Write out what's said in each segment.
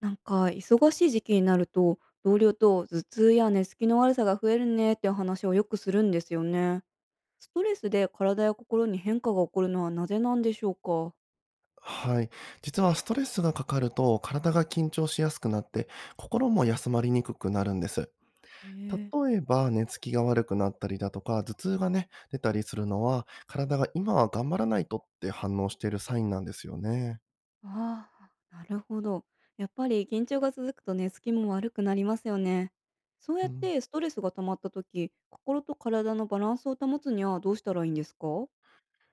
なんか忙しい時期になると同僚と頭痛や寝つきの悪さが増えるねっていう話をよくするんですよね。ストレスで体や心に変化が起こるのはなぜなんでしょうか。はい。実はストレスがかかると体が緊張しやすくなって、心も休まりにくくなるんです。えー。例えば寝つきが悪くなったりだとか頭痛がね、出たりするのは、体が今は頑張らないとって反応しているサインなんですよね。ああ、なるほど。やっぱり緊張が続くと寝つきも悪くなりますよね。そうやうっん。てストレスが溜まった時、心と体のバランスを保つにはどうしたらいいんですか。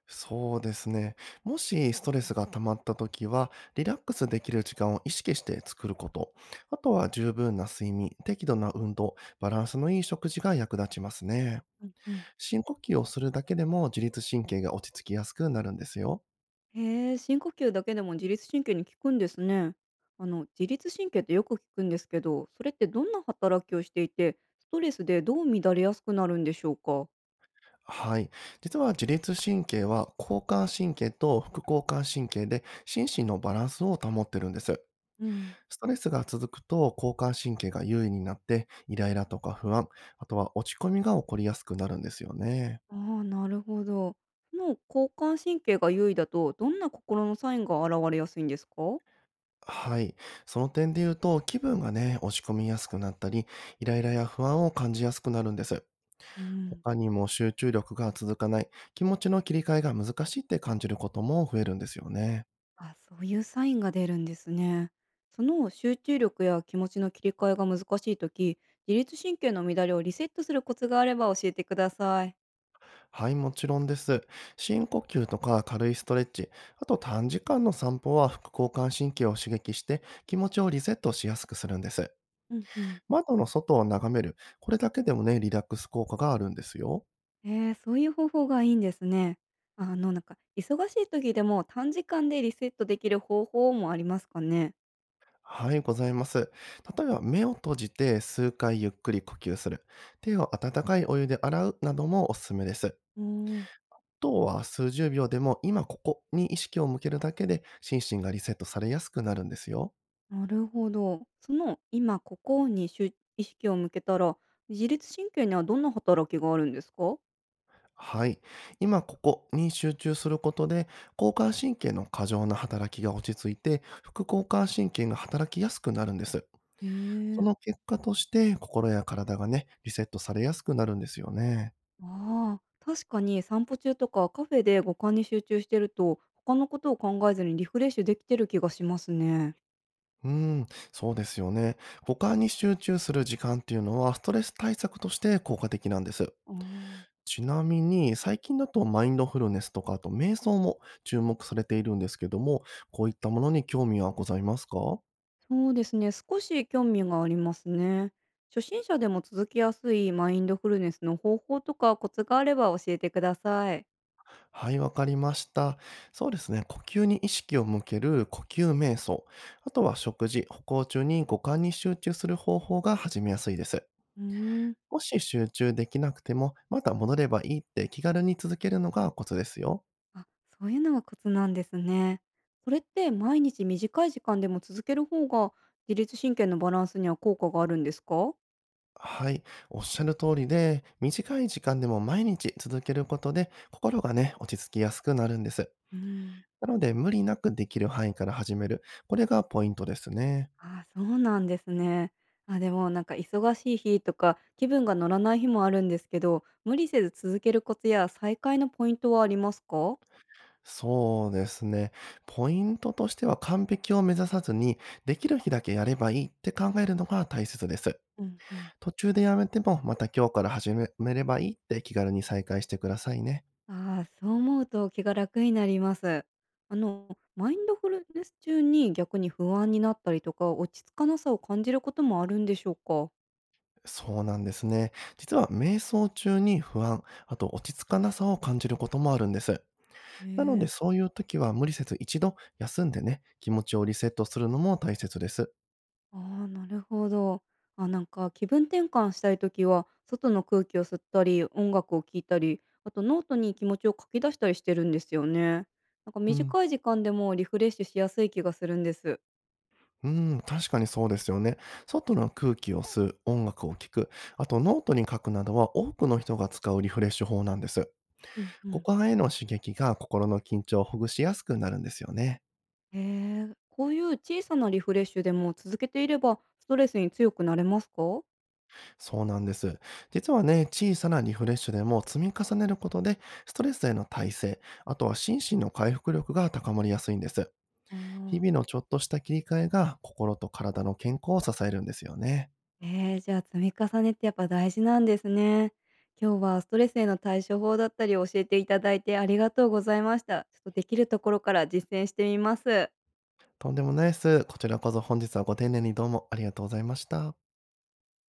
そうですね。もしストレスが溜まった時は、リラックスできる時間を意識して作ること。あとは十分な睡眠、適度な運動、バランスのいい食事が役立ちますね。うんうん。深呼吸をするだけでも、自律神経が落ち着きやすくなるんですよ。へえ、深呼吸だけでも自律神経に効くんですね。あの自律神経ってよく聞くんですけど、それってどんな働きをしていて、ストレスでどう乱れやすくなるんでしょうか。はい。実は自律神経は、交感神経と副交感神経で心身のバランスを保ってるんです。うん。ストレスが続くと交感神経が優位になって、イライラとか不安、あとは落ち込みが起こりやすくなるんですよね。ああ、なるほど。その交感神経が優位だと、どんな心のサインが現れやすいんですか。はい。その点で言うと、気分がね、落ち込みやすくなったり、イライラや不安を感じやすくなるんです。うん。他にも集中力が続かない、気持ちの切り替えが難しいって感じることも増えるんですよね。あ、そういうサインが出るんですね。その集中力や気持ちの切り替えが難しいとき、自律神経の乱れをリセットするコツがあれば教えてください。はい、もちろんです。深呼吸とか軽いストレッチ、あと短時間の散歩は、副交感神経を刺激して気持ちをリセットしやすくするんです。うんうん。窓の外を眺める、これだけでもね、リラックス効果があるんですよ。ええ、そういう方法がいいんですね。あの、なんか、忙しい時でも短時間でリセットできる方法もありますかね？はい、ございます。例えば目を閉じて数回ゆっくり呼吸する、手を温かいお湯で洗うなどもおすすめです。おー。とは数十秒でも、今ここに意識を向けるだけで心身がリセットされやすくなるんですよ。なるほど。その、今ここに意識を向けたら、自律神経にはどんな働きがあるんですか？はい。今ここに集中することで、交感神経の過剰な働きが落ち着いて、副交感神経が働きやすくなるんです。へそえ。の結果として、心や体がね、リセットされやすくなるんですよね。ああ、確かに散歩中とかカフェで五感に集中してると、他のことを考えずにリフレッシュできてる気がしますね。うーん、そうですよね。五感に集中する時間っていうのは、ストレス対策として効果的なんです。ああ。ちなみに、最近だとマインドフルネスとか、あと瞑想も注目されているんですけども、こういったものに興味はございますか？そうですね、少し興味がありますね。初心者でも続きやすいマインドフルネスの方法とかコツがあれば教えてください。はい、わかりました。そうですね。呼吸に意識を向ける呼吸瞑想。あとは食事、歩行中に五感に集中する方法が始めやすいです。うーん。もし集中できなくても、また戻ればいいって気軽に続けるのがコツですよ。あ、そういうのがコツなんですね。これって毎日短い時間でも続ける方が自律神経のバランスには効果があるんですか。はい。おっしゃる通りで、短い時間でも毎日続けることで、心がね、落ち着きやすくなるんです。うん。なので、無理なくできる範囲から始める。これがポイントですね。あ、そうなんですね。あ、でもなんか忙しい日とか気分が乗らない日もあるんですけど、無理せず続けるコツや再開のポイントはありますか。そうですね。ポイントとしては、完璧を目指さずに、できる日だけやればいいって考えるのが大切です。うんうん。途中でやめても、また今日から始めればいいって気軽に再開してくださいね。ああ、そう思うと気が楽になります。あの、マインドフルネス中に逆に不安になったりとか、落ち着かなさを感じることもあるんでしょうか？そうなんですね。実は瞑想中に不安、あと落ち着かなさを感じることもあるんです。へなのでえ。そういう時は、無理せず一度休んでね、気持ちをリセットするのも大切です。ああ、なるほど。あ、なんか気分転換したいときは、外の空気を吸ったり、音楽を聴いたり、あとノートに気持ちを書き出したりしてるんですよね。なんかうん。短い時間でもリフレッシュしやすい気がするんです。確かにそうですよね。外の空気を吸う、音楽を聴く、あとノートに書くなどは、多くの人が使うリフレッシュ法なんです。うんう股ん。間への刺激が、心の緊張をほぐしやすくなるんですよね。へえ、こういう小さなリフレッシュでも続けていれば、ストレスに強くなれますか？そうなんです。実はね、小さなリフレッシュでも積み重ねることで、ストレスへの耐性、あとは心身の回復力が高まりやすいんです。う日ん。々のちょっとした切り替えが、心と体の健康を支えるんですよね。ええ、じゃあ、積み重ねってやっぱ大事なんですね。今日はストレスへの対処法だったり教えていただいてありがとうございました。ちょっとできるところから実践してみます。とんでもないです。こちらこそ本日はご丁寧にどうもありがとうございました。